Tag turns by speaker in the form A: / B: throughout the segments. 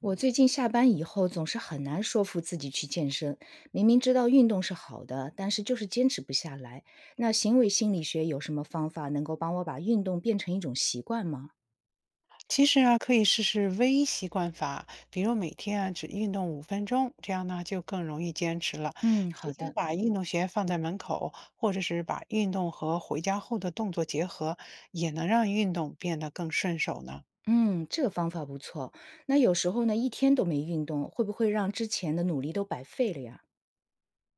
A: 我最近下班以后总是很难说服自己去健身，明明知道运动是好的，但是就是坚持不下来。那行为心理学有什么方法能够帮我把运动变成一种习惯吗？
B: 其实啊，可以试试微习惯法，比如每天啊只运动5分钟，这样呢就更容易坚持了。
A: 嗯，
B: 提
A: 好
B: 前
A: 的。
B: 把运动鞋放在门口，或者是把运动和回家后的动作结合，也能让运动变得更顺手呢。
A: 嗯，这个方法不错。那有时候呢，一天都没运动，会不会让之前的努力都白费了呀？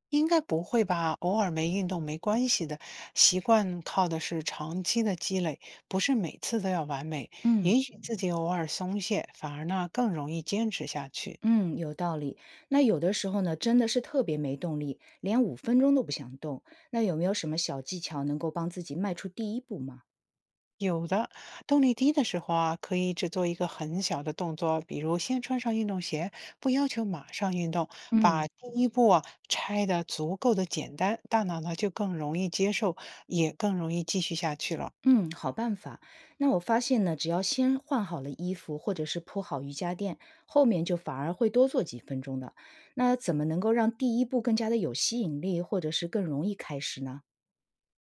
B: 应该不会吧？偶尔没运动没关系的，习惯靠的是长期的积累，不是每次都要完美。
A: 嗯
B: 允许自己偶尔松懈，反而呢更容易坚持下去。
A: 嗯，有道理。那有的时候呢，真的是特别没动力，连五分钟都不想动。那有没有什么小技巧能够帮自己迈出第一步吗？
B: 有的，动力低的时候啊，可以只做一个很小的动作，比如先穿上运动鞋，不要求马上运动，
A: 嗯。
B: 把第一步啊拆得足够的简单，大脑呢就更容易接受，也更容易继续下去了。
A: 嗯，好办法。那我发现呢，只要先换好了衣服，或者是铺好瑜伽垫，后面就反而会多做几分钟的。那怎么能够让第一步更加的有吸引力，或者是更容易开始呢？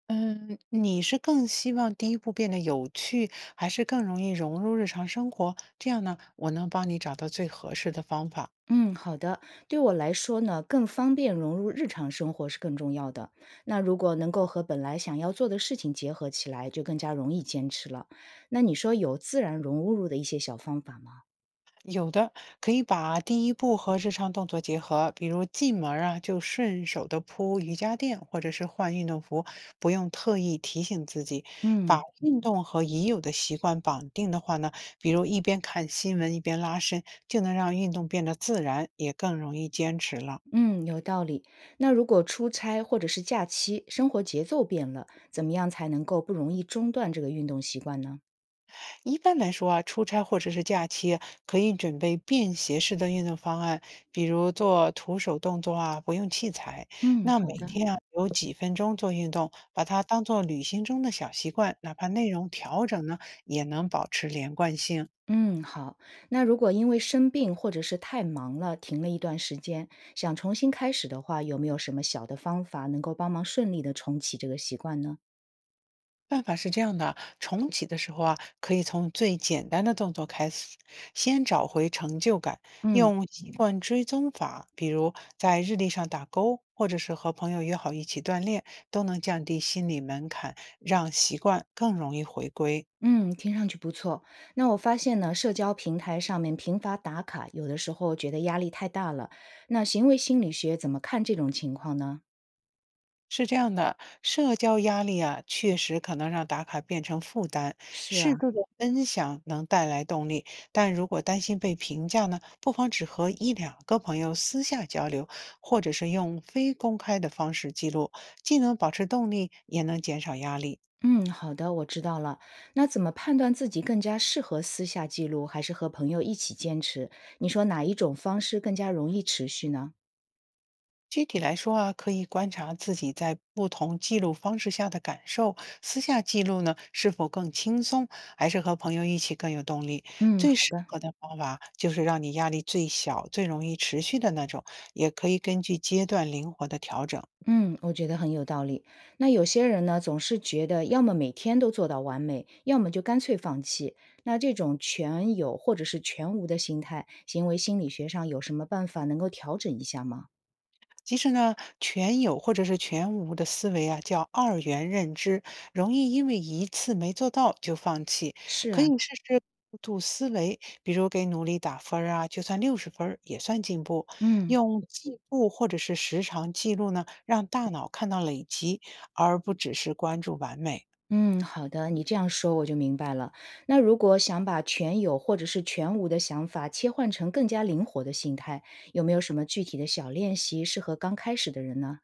B: 嗯，你是更希望第一步变得有趣，还是更容易融入日常生活？这样呢，我能帮你找到最合适的方法。
A: 嗯，好的。对我来说呢，更方便融入日常生活是更重要的。那如果能够和本来想要做的事情结合起来，就更加容易坚持了。那你说有自然融入的一些小方法吗？
B: 有的，可以把第一步和日常动作结合，比如进门儿啊，就顺手的铺瑜伽垫或者是换运动服，不用特意提醒自己。把
A: 嗯。
B: 运动和已有的习惯绑定的话呢，比如一边看新闻一边拉伸，就能让运动变得自然，也更容易坚持了。
A: 嗯，有道理。那如果出差或者是假期，生活节奏变了，怎么样才能够不容易中断这个运动习惯呢？
B: 一般来说啊，出差或者是假期，可以准备便携式的运动方案，比如做徒手动作啊，不用器材。
A: 嗯，
B: 那
A: 好
B: 每
A: 的。
B: 天啊，有几分钟做运动，把它当做旅行中的小习惯，哪怕内容调整呢，也能保持连贯性。
A: 嗯，好。那如果因为生病或者是太忙了，停了一段时间，想重新开始的话，有没有什么小的方法能够帮忙顺利的重启这个习惯呢？
B: 办法是这样的，重启的时候啊，可以从最简单的动作开始，先找回成就感，
A: 嗯
B: 用习惯追踪法，比如在日历上打勾，或者是和朋友约好一起锻炼，都能降低心理门槛，让习惯更容易回归。
A: 嗯，听上去不错。那我发现呢，社交平台上面频繁打卡，有的时候觉得压力太大了。那行为心理学怎么看这种情况呢？
B: 是这样的，社交压力啊，确实可能让打卡变成负担。
A: 是
B: 适
A: 啊。
B: 度的分享能带来动力，但如果担心被评价呢，不妨只和一两个朋友私下交流，或者是用非公开的方式记录，既能保持动力，也能减少压力。
A: 嗯，好的，我知道了。那怎么判断自己更加适合私下记录，还是和朋友一起坚持？你说哪一种方式更加容易持续呢？
B: 具体来说啊，可以观察自己在不同记录方式下的感受。私下记录呢，是否更轻松，还是和朋友一起更有动力？
A: 嗯，好
B: 最适
A: 的。
B: 合的方法就是让你压力最小、最容易持续的那种，也可以根据阶段灵活的调整。
A: 嗯，我觉得很有道理。那有些人呢，总是觉得要么每天都做到完美，要么就干脆放弃。那这种全有或者是全无的心态，行为心理学上有什么办法能够调整一下吗？
B: 其实呢，全有或者是全无的思维啊，叫二元认知，容易因为一次没做到就放弃。
A: 是
B: 可以
A: 啊，
B: 试试过度思维，比如给努力打分儿啊，就算60分儿也算进步。
A: 嗯。
B: 用进步或者是时长记录呢，让大脑看到累积，而不只是关注完美。
A: 嗯，好的，你这样说我就明白了。那如果想把全有或者是全无的想法切换成更加灵活的心态，有没有什么具体的小练习适合刚开始的人呢？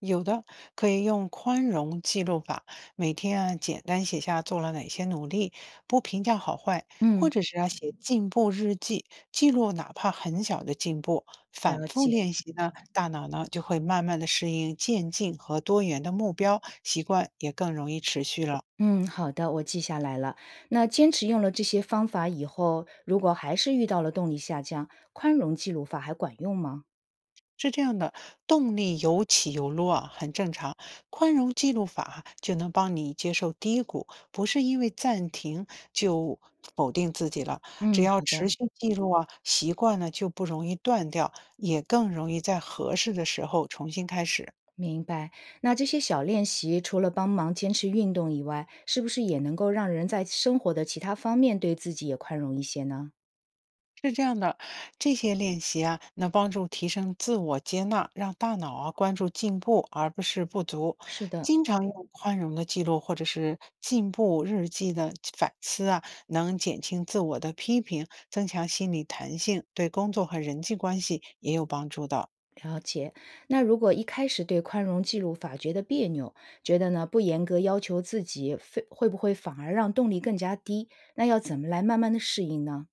B: 有的，可以用宽容记录法，每天啊简单写下做了哪些努力，不评价好坏，或
A: 嗯，
B: 者是啊写进步日记，记录哪怕很小的进步。反
A: 了
B: 复
A: 解。
B: 练习呢，大脑呢就会慢慢的适应渐进和多元的目标，习惯也更容易持续了。
A: 嗯，好的，我记下来了。那坚持用了这些方法以后，如果还是遇到了动力下降，宽容记录法还管用吗？
B: 是这样的，动力有起有落啊，很正常。宽容记录法就能帮你接受低谷，不是因为暂停就否定自己了。只
A: 嗯，
B: 要
A: 好
B: 持
A: 的。
B: 续记录啊，习惯了就不容易断掉，也更容易在合适的时候重新开始。
A: 明白。那这些小练习除了帮忙坚持运动以外，是不是也能够让人在生活的其他方面对自己也宽容一些呢？
B: 是这样的，这些练习啊，能帮助提升自我接纳，让大脑啊关注进步而不是不足。
A: 是的，
B: 经常用宽容的记录或者是进步日记的反思啊，能减轻自我的批评，增强心理弹性，对工作和人际关系也有帮助的。
A: 了解。那如果一开始对宽容记录法觉得别扭，觉得呢不严格要求自己，非会不会反而让动力更加低？那要怎么来慢慢的适应呢？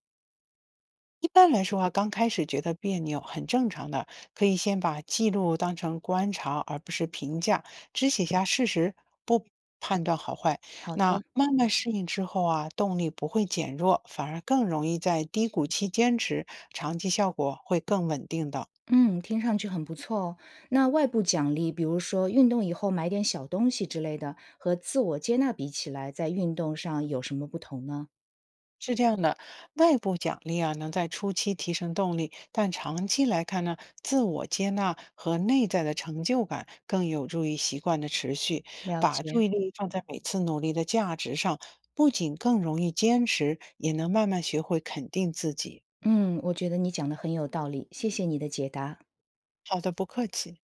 B: 一般来说啊，刚开始觉得别扭很正常的，可以先把记录当成观察，而不是评价，只写下事实，不判断好坏。
A: 好
B: 那
A: 的，
B: 慢慢适应之后啊，动力不会减弱，反而更容易在低谷期坚持，长期效果会更稳定的。
A: 嗯，听上去很不错哦。那外部奖励，比如说运动以后买点小东西之类的，和自我接纳比起来，在运动上有什么不同呢？
B: 是这样的，外部奖励啊，能在初期提升动力，但长期来看呢，自我接纳和内在的成就感更有助于习惯的持续。
A: 了
B: 把注
A: 解，
B: 意力放在每次努力的价值上，不仅更容易坚持，也能慢慢学会肯定自己。
A: 嗯，我觉得你讲的很有道理，谢谢你的解答。
B: 好的，不客气。